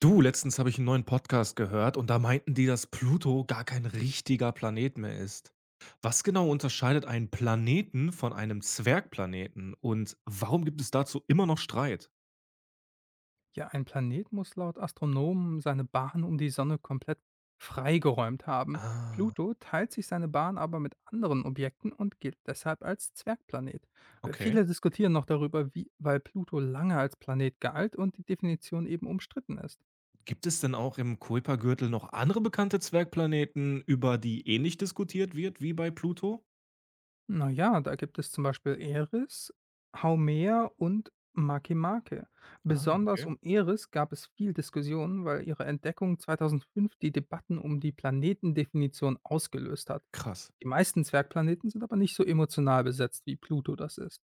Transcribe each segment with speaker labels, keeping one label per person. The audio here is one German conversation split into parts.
Speaker 1: Du, letztens habe ich einen neuen Podcast gehört und da meinten die, dass Pluto gar kein richtiger Planet mehr ist. Was genau unterscheidet einen Planeten von einem Zwergplaneten und warum gibt es dazu immer noch Streit?
Speaker 2: Ja, ein Planet muss laut Astronomen seine Bahn um die Sonne komplett freigeräumt haben.
Speaker 1: Ah,
Speaker 2: Pluto teilt sich seine Bahn aber mit anderen Objekten und gilt deshalb als Zwergplanet. Äh,
Speaker 1: okay.
Speaker 2: Viele diskutieren noch darüber, wie, weil Pluto lange als Planet galt und die Definition eben umstritten ist.
Speaker 1: Gibt es denn auch im Kuipergürtel noch andere bekannte Zwergplaneten, über die ähnlich diskutiert wird wie bei Pluto?
Speaker 2: Naja, da gibt es zum Beispiel Eris, Haumea und Makemake.
Speaker 1: Ah,
Speaker 2: Besonders
Speaker 1: okay.
Speaker 2: um Eris gab es viel Diskussionen, weil ihre Entdeckung 2005 die Debatten um die Planetendefinition ausgelöst hat.
Speaker 1: Krass.
Speaker 2: Die meisten Zwergplaneten sind aber nicht so emotional besetzt, wie Pluto das ist.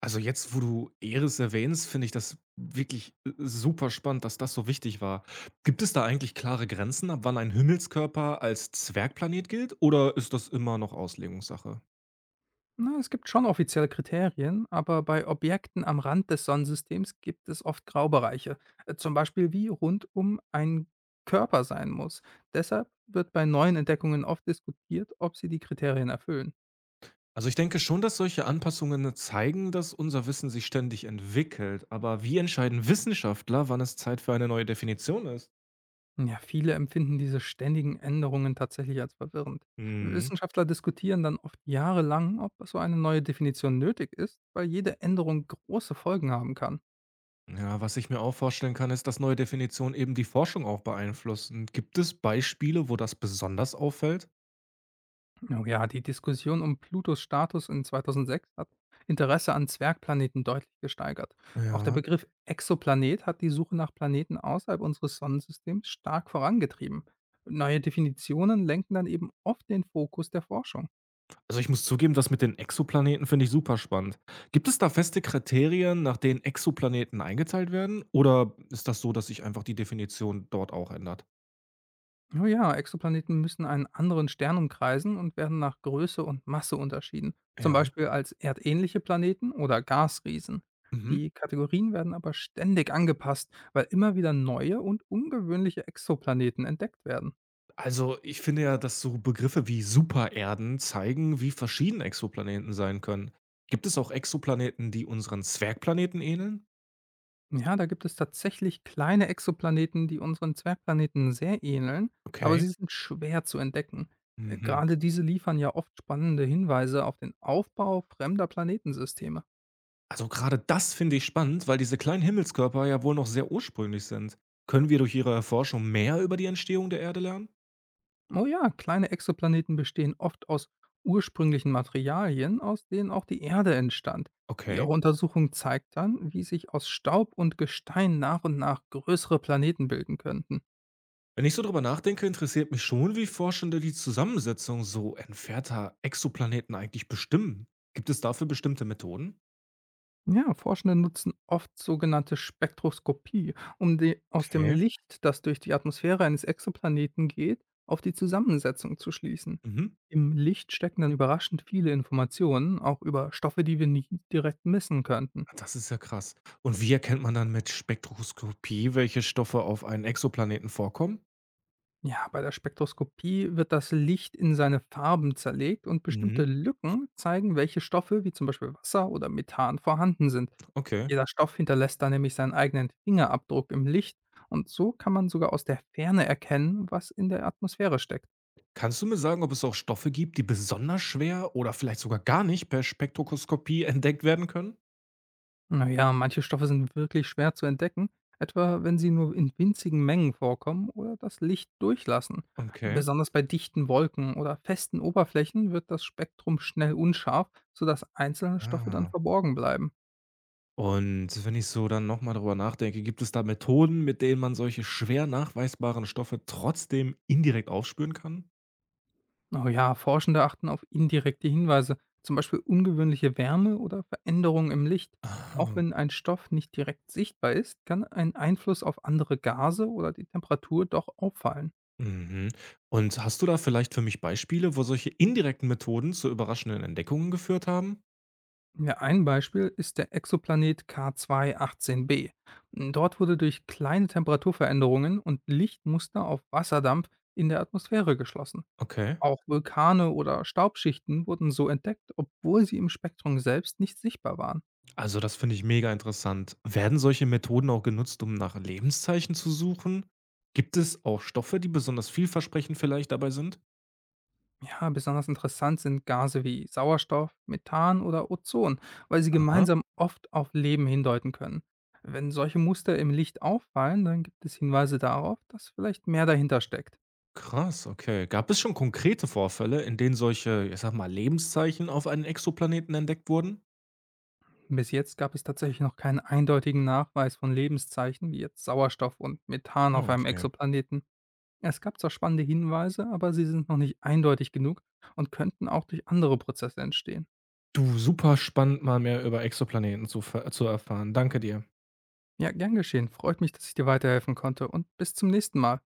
Speaker 1: Also jetzt, wo du Eris erwähnst, finde ich das wirklich super spannend, dass das so wichtig war. Gibt es da eigentlich klare Grenzen, ab wann ein Himmelskörper als Zwergplanet gilt oder ist das immer noch Auslegungssache?
Speaker 2: Na, es gibt schon offizielle Kriterien, aber bei Objekten am Rand des Sonnensystems gibt es oft Graubereiche, zum Beispiel wie rund um ein Körper sein muss. Deshalb wird bei neuen Entdeckungen oft diskutiert, ob sie die Kriterien erfüllen.
Speaker 1: Also ich denke schon, dass solche Anpassungen zeigen, dass unser Wissen sich ständig entwickelt, aber wie entscheiden Wissenschaftler, wann es Zeit für eine neue Definition ist?
Speaker 2: Ja, viele empfinden diese ständigen Änderungen tatsächlich als verwirrend.
Speaker 1: Mhm.
Speaker 2: Wissenschaftler diskutieren dann oft jahrelang, ob so eine neue Definition nötig ist, weil jede Änderung große Folgen haben kann.
Speaker 1: Ja, was ich mir auch vorstellen kann, ist, dass neue Definitionen eben die Forschung auch beeinflussen. Gibt es Beispiele, wo das besonders auffällt?
Speaker 2: Oh ja, die Diskussion um Plutos Status in 2006 hat Interesse an Zwergplaneten deutlich gesteigert. Auch der
Speaker 1: Ja.
Speaker 2: Begriff Exoplanet hat die Suche nach Planeten außerhalb unseres Sonnensystems stark vorangetrieben. Neue Definitionen lenken dann eben oft den Fokus der Forschung.
Speaker 1: Also, ich muss zugeben, das mit den Exoplaneten finde ich super spannend. Gibt es da feste Kriterien, nach denen Exoplaneten eingeteilt werden? Oder ist das so, dass sich einfach die Definition dort auch ändert?
Speaker 2: Oh ja, Exoplaneten müssen einen anderen Stern umkreisen und werden nach Größe und Masse unterschieden, zum
Speaker 1: Ja.
Speaker 2: Beispiel als erdähnliche Planeten oder Gasriesen.
Speaker 1: Mhm.
Speaker 2: Die Kategorien werden aber ständig angepasst, weil immer wieder neue und ungewöhnliche Exoplaneten entdeckt werden.
Speaker 1: Also, ich finde ja, dass so Begriffe wie Supererden zeigen, wie verschieden Exoplaneten sein können. Gibt es auch Exoplaneten, die unseren Zwergplaneten ähneln?
Speaker 2: Ja, da gibt es tatsächlich kleine Exoplaneten, die unseren Zwergplaneten sehr ähneln, aber
Speaker 1: Okay.
Speaker 2: sie sind schwer zu entdecken. Äh,
Speaker 1: Mhm.
Speaker 2: Gerade diese liefern ja oft spannende Hinweise auf den Aufbau fremder Planetensysteme.
Speaker 1: Also gerade das finde ich spannend, weil diese kleinen Himmelskörper ja wohl noch sehr ursprünglich sind. Können wir durch Ihre Erforschung mehr über die Entstehung der Erde lernen?
Speaker 2: Oh ja, kleine Exoplaneten bestehen oft aus ursprünglichen Materialien, aus denen auch die Erde entstand. Ihre
Speaker 1: Okay.
Speaker 2: Untersuchung zeigt dann, wie sich aus Staub und Gestein nach und nach größere Planeten bilden könnten.
Speaker 1: Wenn ich so drüber nachdenke, interessiert mich schon, wie Forschende die Zusammensetzung so entfernter Exoplaneten eigentlich bestimmen. Gibt es dafür bestimmte Methoden?
Speaker 2: Ja, Forschende nutzen oft sogenannte Spektroskopie, um die, aus dem
Speaker 1: Okay.
Speaker 2: Licht, das durch die Atmosphäre eines Exoplaneten geht, auf die Zusammensetzung zu schließen.
Speaker 1: Mhm.
Speaker 2: Im Licht stecken dann überraschend viele Informationen, auch über Stoffe, die wir nie direkt messen könnten.
Speaker 1: Ah, das ist ja krass. Und wie erkennt man dann mit Spektroskopie, welche Stoffe auf einem Exoplaneten vorkommen?
Speaker 2: Ja, bei der Spektroskopie wird das Licht in seine Farben zerlegt und bestimmte
Speaker 1: Mhm.
Speaker 2: Lücken zeigen, welche Stoffe, wie zum Beispiel Wasser oder Methan, vorhanden sind.
Speaker 1: Okay.
Speaker 2: Jeder Stoff hinterlässt da nämlich seinen eigenen Fingerabdruck im Licht und so kann man sogar aus der Ferne erkennen, was in der Atmosphäre steckt.
Speaker 1: Kannst du mir sagen, ob es auch Stoffe gibt, die besonders schwer oder vielleicht sogar gar nicht per Spektroskopie entdeckt werden können?
Speaker 2: Naja, manche Stoffe sind wirklich schwer zu entdecken, etwa wenn sie nur in winzigen Mengen vorkommen oder das Licht durchlassen.
Speaker 1: Okay.
Speaker 2: Besonders bei dichten Wolken oder festen Oberflächen wird das Spektrum schnell unscharf, sodass einzelne Stoffe dann
Speaker 1: Ah.
Speaker 2: verborgen bleiben.
Speaker 1: Und wenn ich so dann noch mal drüber nachdenke, gibt es da Methoden, mit denen man solche schwer nachweisbaren Stoffe trotzdem indirekt aufspüren kann?
Speaker 2: Oh ja, Forschende achten auf indirekte Hinweise, zum Beispiel ungewöhnliche Wärme oder Veränderungen im Licht. Auch
Speaker 1: Ah.
Speaker 2: wenn ein Stoff nicht direkt sichtbar ist, kann ein Einfluss auf andere Gase oder die Temperatur doch auffallen.
Speaker 1: Mhm. Und hast du da vielleicht für mich Beispiele, wo solche indirekten Methoden zu überraschenden Entdeckungen geführt haben?
Speaker 2: Ja, ein Beispiel ist der Exoplanet K2-18b. Dort wurde durch kleine Temperaturveränderungen und Lichtmuster auf Wasserdampf in der Atmosphäre geschlossen.
Speaker 1: Okay.
Speaker 2: Auch Vulkane oder Staubschichten wurden so entdeckt, obwohl sie im Spektrum selbst nicht sichtbar waren.
Speaker 1: Also das finde ich mega interessant. Werden solche Methoden auch genutzt, um nach Lebenszeichen zu suchen? Gibt es auch Stoffe, die besonders vielversprechend vielleicht dabei sind?
Speaker 2: Ja, besonders interessant sind Gase wie Sauerstoff, Methan oder Ozon, weil sie
Speaker 1: Aha.
Speaker 2: gemeinsam oft auf Leben hindeuten können. Wenn solche Muster im Licht auffallen, dann gibt es Hinweise darauf, dass vielleicht mehr dahinter steckt.
Speaker 1: Krass, okay. Gab es schon konkrete Vorfälle, in denen solche, ich sage mal, Lebenszeichen auf einem Exoplaneten entdeckt wurden?
Speaker 2: Bis jetzt gab es tatsächlich noch keinen eindeutigen Nachweis von Lebenszeichen wie jetzt Sauerstoff und Methan
Speaker 1: Ah,
Speaker 2: auf einem
Speaker 1: okay.
Speaker 2: Exoplaneten. Es gab zwar spannende Hinweise, aber sie sind noch nicht eindeutig genug und könnten auch durch andere Prozesse entstehen.
Speaker 1: Du, super spannend, mal mehr über Exoplaneten zu ver zu erfahren. Danke dir.
Speaker 2: Ja, gern geschehen. Freut mich, dass ich dir weiterhelfen konnte und bis zum nächsten Mal.